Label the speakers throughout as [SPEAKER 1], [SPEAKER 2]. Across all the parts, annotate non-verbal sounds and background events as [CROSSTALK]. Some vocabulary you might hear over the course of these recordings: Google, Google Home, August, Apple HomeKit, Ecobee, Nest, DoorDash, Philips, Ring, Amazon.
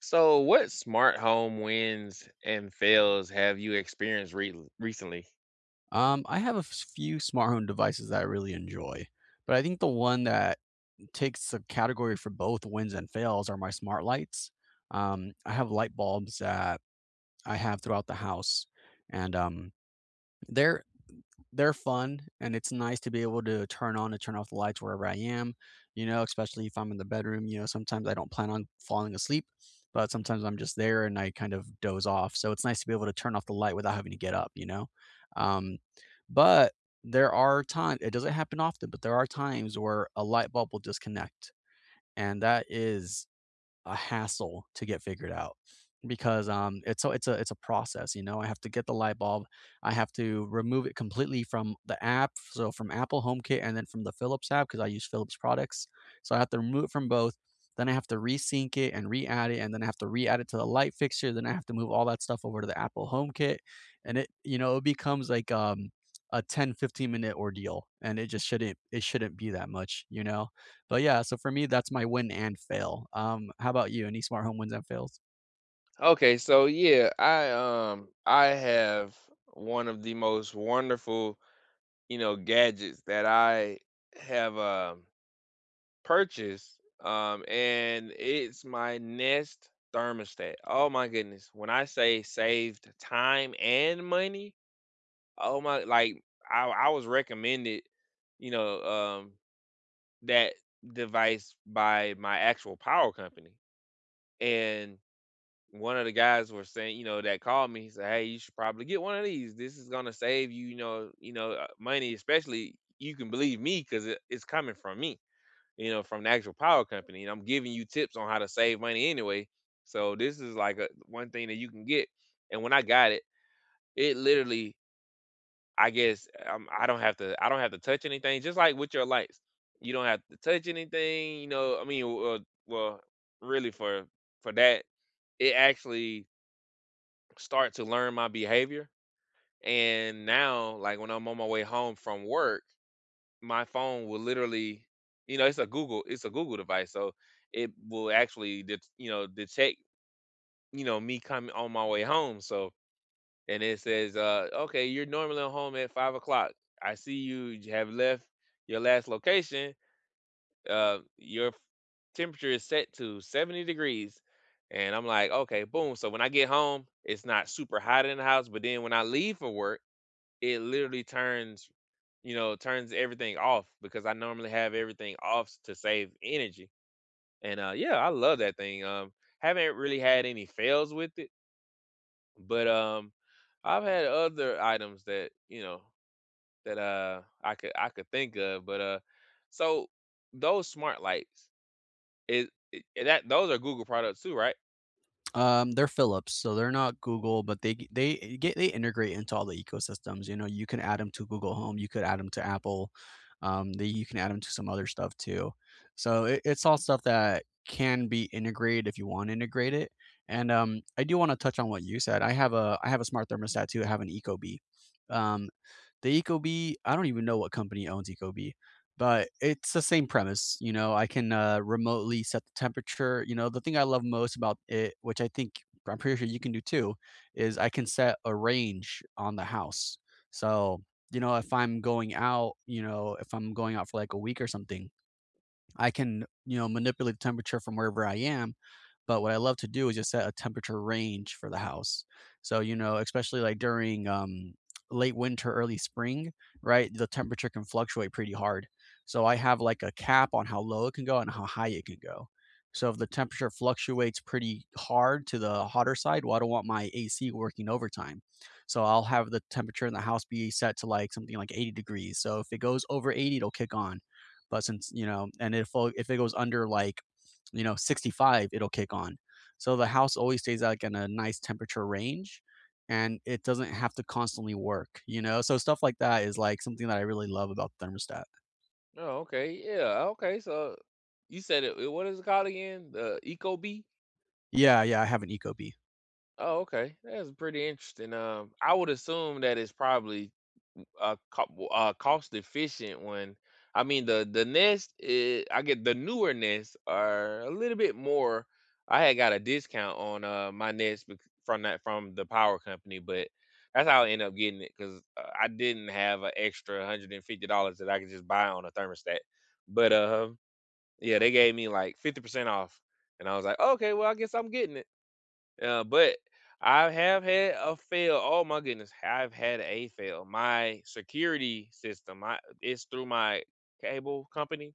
[SPEAKER 1] So, what smart home wins and fails have you experienced recently?
[SPEAKER 2] I have a f few smart home devices that I really enjoy, but I think the one that takes the category for both wins and fails are my smart lights. I have light bulbs that I have throughout the house, and they're they're fun and it's nice to be able to turn on and turn off the lights wherever I am, you know, especially if I'm in the bedroom, you know, sometimes I don't plan on falling asleep, but sometimes I'm just there and I kind of doze off. So it's nice to be able to turn off the light without having to get up. Um, but there are times it doesn't happen often, but there are times where a light bulb will disconnect, and that is a hassle to get figured out because it's a process, you know. I have to get the light bulb, I have to remove it completely from the app, so from Apple HomeKit and then from the Philips app because I use Philips products. So I have to remove it from both, then I have to resync it and re-add it, and then I have to re-add it to the light fixture, then I have to move all that stuff over to the Apple HomeKit. And it you know it becomes like a 10-15 minute ordeal and it just shouldn't be that much, you know. But yeah, so for me, that's my win and fail. How about you? Any smart home wins and fails?
[SPEAKER 1] Okay, so yeah, I have one of the most wonderful, gadgets that I have purchased. And it's my Nest thermostat. Oh my goodness. When I say saved time and money, oh my like I was recommended, you know, um that device by my actual power company. And one of the guys were saying, that called me. He said, "Hey, you should probably get one of these. This is gonna save you, money. Especially you can believe me because it's coming from me, from the actual power company, and I'm giving you tips on how to save money anyway. So this is like one thing that you can get. And when I got it, it literally I guess, I don't have to touch anything, just like with your lights. You don't have to touch anything, I mean, well, really for that, it actually start to learn my behavior. And now, like when I'm on my way home from work, my phone will literally, it's a Google device, so it will actually, you know, detect, me coming on my way home. So and it says, okay, you're normally home at 5 o'clock. I see you have left your last location. Your temperature is set to 70 degrees. And I'm like, okay, boom. So when I get home, it's not super hot in the house. But then when I leave for work, it literally turns, turns everything off because I normally have everything off to save energy. And yeah, I love that thing. Haven't really had any fails with it but, I've had other items that, I could think of, but, so those smart lights, is it that those are Google products too, right?
[SPEAKER 2] They're Philips, so they're not Google, but they g- they eh, get they integrate into all the ecosystems. You know, you can add them to Google Home, you could add them to Apple, you can add them to some other stuff too. So it's all stuff that can be integrated if you want to integrate it. And I do want to touch on what you said. I have a smart thermostat too. I have an Ecobee. Um, The Ecobee, I don't even know what company owns Ecobee, but it's the same premise. You know, I can, remotely set the temperature. You know, the thing I love most about it, which I think I'm pretty sure you can do too, is I can set a range on the house. So, you know, if I'm going out, if I'm going out for like a week or something, I can, you know, manipulate the temperature from wherever I am. But what I love to do is just set a temperature range for the house. So, you know, especially like during late winter, early spring, right? The temperature can fluctuate pretty hard. So I have like a cap on how low it can go and how high it can go. So if the temperature fluctuates pretty hard to the hotter side, well, I don't want my AC working overtime. So I'll have the temperature in the house be set to like something like 80 degrees. So if it goes over 80, it'll kick on. But since, you know, and if it goes under like, you know, 65, it'll kick on. So the house always stays like in a nice temperature range and it doesn't have to constantly work, you know? So stuff like that is like something that I really love about the thermostat.
[SPEAKER 1] Oh, okay, yeah, okay, so you said it what is it called again? The Ecobee?
[SPEAKER 2] Yeah, yeah, I have an Ecobee.
[SPEAKER 1] Oh, okay. That's pretty interesting. I would assume that it's probably cost efficient one. I mean the Nest I get the newer Nest are a little bit more. I had got a discount on my Nest from that from the power company, but that's how I ended up getting it because I didn't have an extra $150 that I could just buy on a thermostat. But yeah, they gave me like 50% off, and I was like, okay, well, I guess I'm getting it. But I have had a fail. Oh my goodness, I've had a fail. My security system, my it's through my cable company.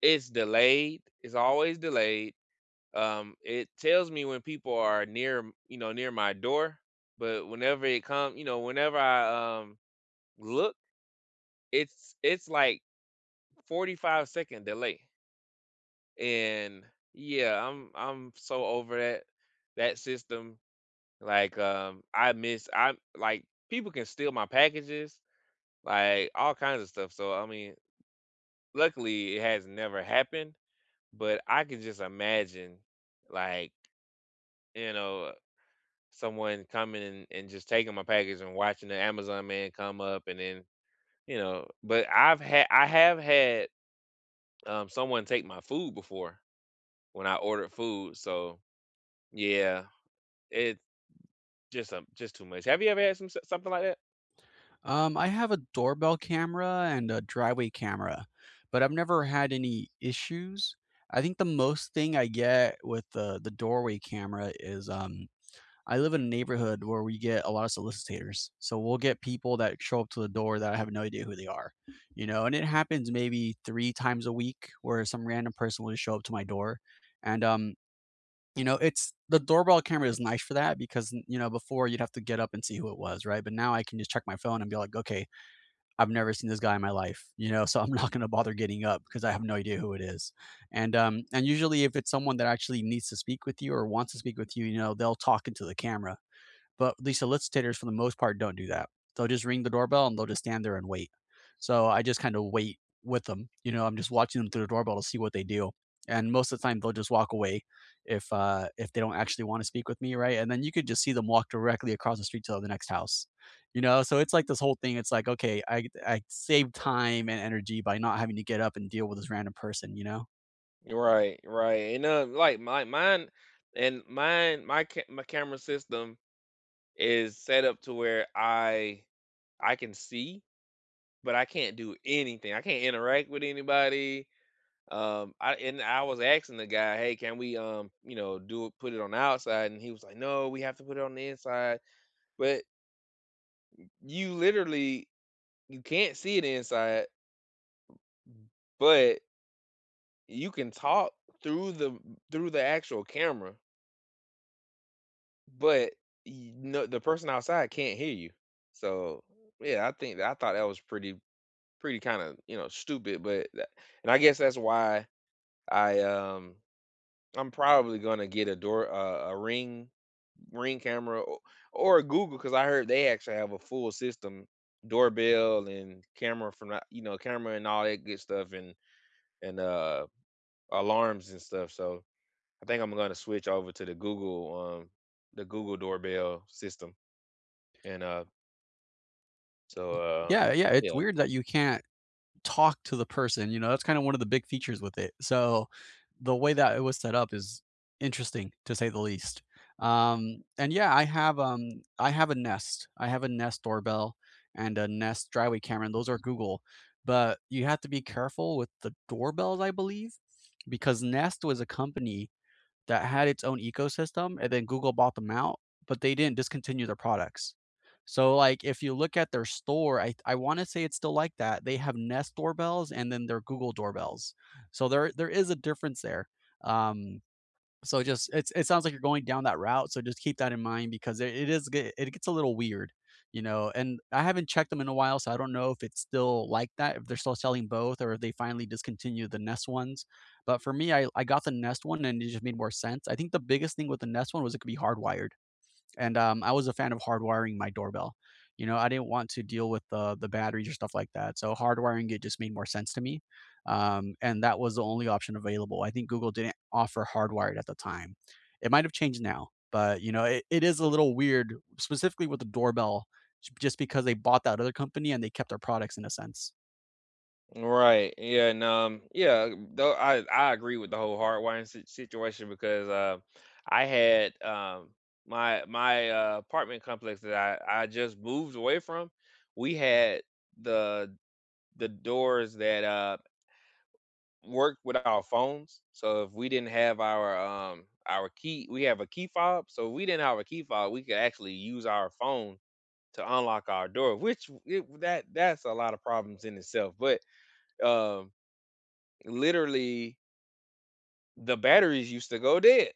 [SPEAKER 1] It's delayed. It's always delayed. It tells me when people are near, you know, near my door. But whenever it comes, whenever I look, it's like 45-second delay. And yeah, I'm so over that system. Like, I'm like, people can steal my packages, like, all kinds of stuff, so, I mean, luckily, it has never happened, but I could just imagine, like, you know, someone coming and just taking my package and watching the Amazon man come up and then, you know but I have had, someone take my food before when I ordered food, so, yeah, it's just too much. Have you ever had something like that?
[SPEAKER 2] I have a doorbell camera and a driveway camera, but I've never had any issues. I think the most thing I get with the doorway camera is I live in a neighborhood where we get a lot of solicitors. So we'll get people that show up to the door that I have no idea who they are, you know, and it happens maybe 3 times a week where some random person will just show up to my door. And, you know, it's the doorbell camera is nice for that because, you know, before you'd have to get up and see who it was, right? But now I can just check my phone and be like, okay, I've never seen this guy in my life, you know, [LAUGHS] so I'm not going to bother getting up because I have no idea who it is. And usually if it's someone that actually needs to speak with you or wants to speak with you, you know, they'll talk into the camera, but the solicitors, for the most part, don't do that. They'll just ring the doorbell and they'll just stand there and wait. So I just kind of wait with them. You know, I'm just watching them through the doorbell to see what they do. And most of the time, they'll just walk away if they don't actually want to speak with me, right? And then you could just see them walk directly across the street to the next house. You know, so it's like this whole thing. It's like, okay, I save time and energy by not having to get up and deal with this random person, you know.
[SPEAKER 1] Right, right, and, like, my mine and mine my ca my camera system is set up to where I can see, but I can't do anything. I can't interact with anybody, I was asking the guy, "Hey, can we, you know, do it put it on the outside?" And he was like, "No, we have to put it on the inside." But you literally you can't see it inside, but you can talk through the actual camera. But you know, the person outside can't hear you. So yeah, I think that I thought that was pretty kind of, you know, stupid, but that, and I guess that's why I um I'm probably going to get a door a ring camera or a Google cuz I heard they actually have a full system doorbell and camera from that, you know, camera and all that good stuff and and alarms and stuff. So I think I'm going to switch over to um the Google doorbell system. And, so,
[SPEAKER 2] Y-
[SPEAKER 1] uh,
[SPEAKER 2] yeah, yeah. It's
[SPEAKER 1] yeah.
[SPEAKER 2] weird that you can't talk to the person, you know. That's kind of one of the big features with it. So the way that it was set up is interesting to say the least. And yeah, I have a Nest. I have a Nest doorbell and a Nest driveway camera, and those are Google. But you have to be careful with the doorbells, I believe, because Nest was a company that had its own ecosystem, and then Google bought them out, but they didn't discontinue their products. So, like, if you look at their store, I wanna say it's still like that. They have Nest doorbells and then their Google doorbells. So there is a difference there. Um so just it sounds like you're going down that route, so just keep that in mind because it is get it gets a little weird, you know, and I haven't checked them in a while, so I don't know if it's still like that, if they're still selling both or if they finally discontinued the Nest ones. But for me, I got the Nest one and it just made more sense. I think the biggest thing with the Nest one was it could be hardwired. And I was a fan of hardwiring my doorbell. You know, I didn't want to deal with the batteries or stuff like that. So hardwiring it just made more sense to me. And that was the only option available. I think Google didn't offer hardwired at the time. It might have changed now, but you know, it is a little weird, specifically with the doorbell, just because they bought that other company and they kept their products in a sense.
[SPEAKER 1] Right. Yeah, and, yeah, though I agree with the whole hardwiring si situation because, I had, my apartment complex that I just moved away from, we had the the doors that, worked with our phones, so if we didn't have our key we have a key fob, so if we didn't have a key fob, we could actually use our phone to unlock our door, which it, that that's a lot of problems in itself. But um, literally, the batteries used to go dead,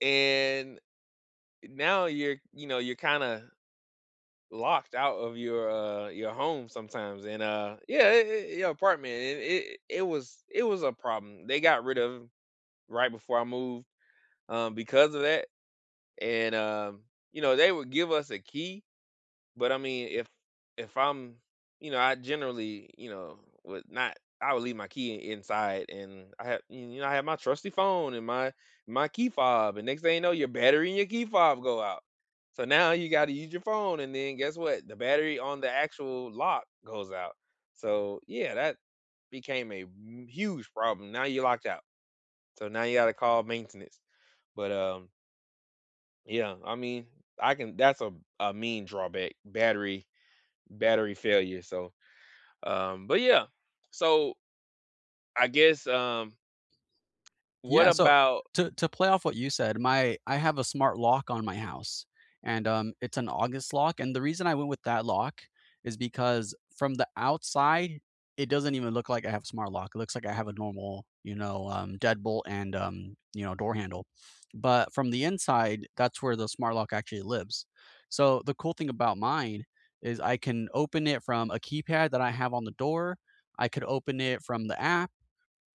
[SPEAKER 1] and now you're you know you're kind of locked out of your home sometimes and yeah your apartment and it was a problem they got rid of 'em right before I moved because of that and you know they would give us a key. But I mean, if I'm, you know, I generally, you know, would not. I would leave my key inside, and I have, you know, I have my trusty phone and my key fob. And next thing you know, your battery and your key fob go out. So now you got to use your phone, and then guess what? The battery on the actual lock goes out. So yeah, that became a huge problem. Now you're locked out. So now you got to call maintenance. But yeah, I mean, I can. That's a mean drawback. Battery failure. So, but yeah. So I guess what
[SPEAKER 2] Yeah, so
[SPEAKER 1] about
[SPEAKER 2] to play off what you said, my I have a smart lock on my house, and, it's an August lock, and the reason I went with that lock is because from the outside, it doesn't even look like I have a smart lock. It looks like I have a normal, you know, deadbolt and, you know, door handle, but from the inside, that's where the smart lock actually lives. So, the cool thing about mine is I can open it from a keypad that I have on the door, I could open it from the app,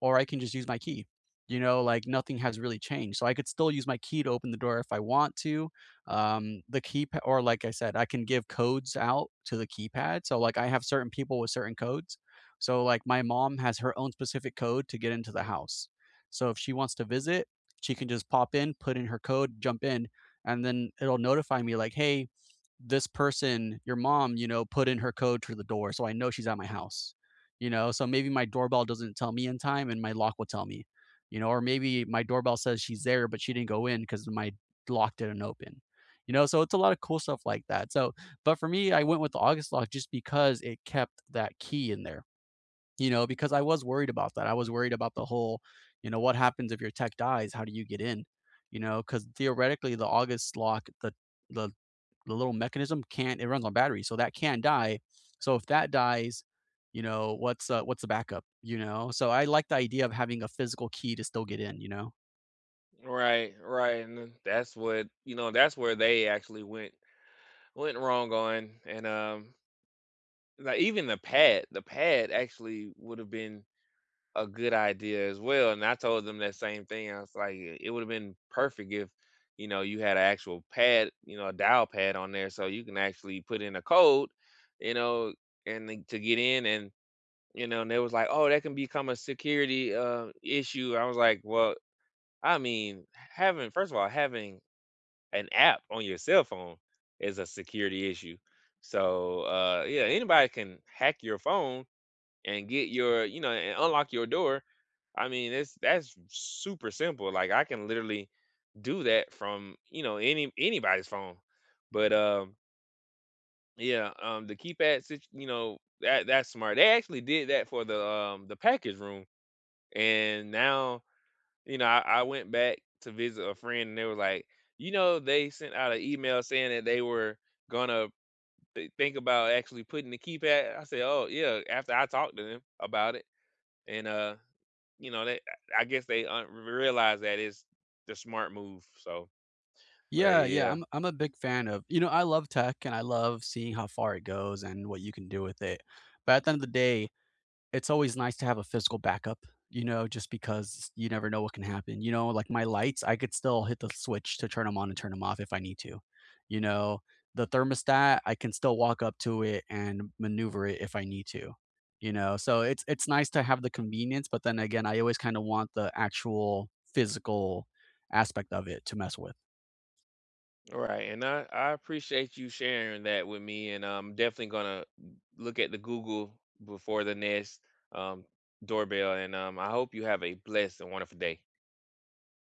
[SPEAKER 2] or I can just use my key. You know, like nothing has really changed. So I could still use my key to open the door if I want to. The keypad, or like I said, I can give codes out to the keypad. So, like, I have certain people with certain codes. So, like, my mom has her own specific code to get into the house. So, if she wants to visit, she can just pop in, put in her code, jump in, and then it'll notify me, like, hey, this person, your mom, you know, put in her code for the door. So I know she's at my house, you know? So maybe my doorbell doesn't tell me in time and my lock will tell me, you know, or maybe my doorbell says she's there, but she didn't go in because my lock didn't open. You know, so it's a lot of cool stuff like that. So, but for me, I went with the August lock just because it kept that key in there, you know, because I was worried about that. I was worried about the whole, you know, what happens if your tech dies? How do you get in? You know, because theoretically, the August lock, the the little mechanism can't it runs on battery, so that can die. So if that dies, you know, what's the backup, you know? So I like the idea of having a physical key to still get in, you know?
[SPEAKER 1] right, right, and then that's what you know. That's where they actually went wrong on, and like even the pad, actually would have been a good idea as well. And I told them that same thing. I was like, it would have been perfect if you know you had an actual pad, you know, a dial pad on there, so you can actually put in a code, you know, and then to get in and you know, and they was like, "Oh, that can become a security issue." I was like, "Well, I mean, having first of all, having an app on your cell phone is a security issue. So, yeah, anybody can hack your phone and get your, you know, and unlock your door. I mean, it's that's super simple. Like I can literally do that from you know anybody's phone. But yeah, the keypad, you know, that's smart. They actually did that for the package room and now, you know, I went back to visit a friend and they were like, you know, they sent out an email saying that they were gonna think about actually putting the keypad. I said, oh yeah, after I talked to them about it. And you know, they I guess they realized that it's the smart move. So but
[SPEAKER 2] Yeah, yeah,
[SPEAKER 1] yeah,
[SPEAKER 2] I'm a big fan of, you know, I love tech and I love seeing how far it goes and what you can do with it. But at the end of the day, it's always nice to have a physical backup, you know, just because you never know what can happen, you know, like my lights, I could still hit the switch to turn them on and turn them off if I need to, you know, the thermostat, I can still walk up to it and maneuver it if I need to, you know, so it's nice to have the convenience, but then again, I always kinda want the actual physical aspect of it to mess with.
[SPEAKER 1] all right. And I appreciate you sharing that with me. And I'm definitely gonna look at the Google before the Nest um, doorbell. And I hope you have a blessed and wonderful day.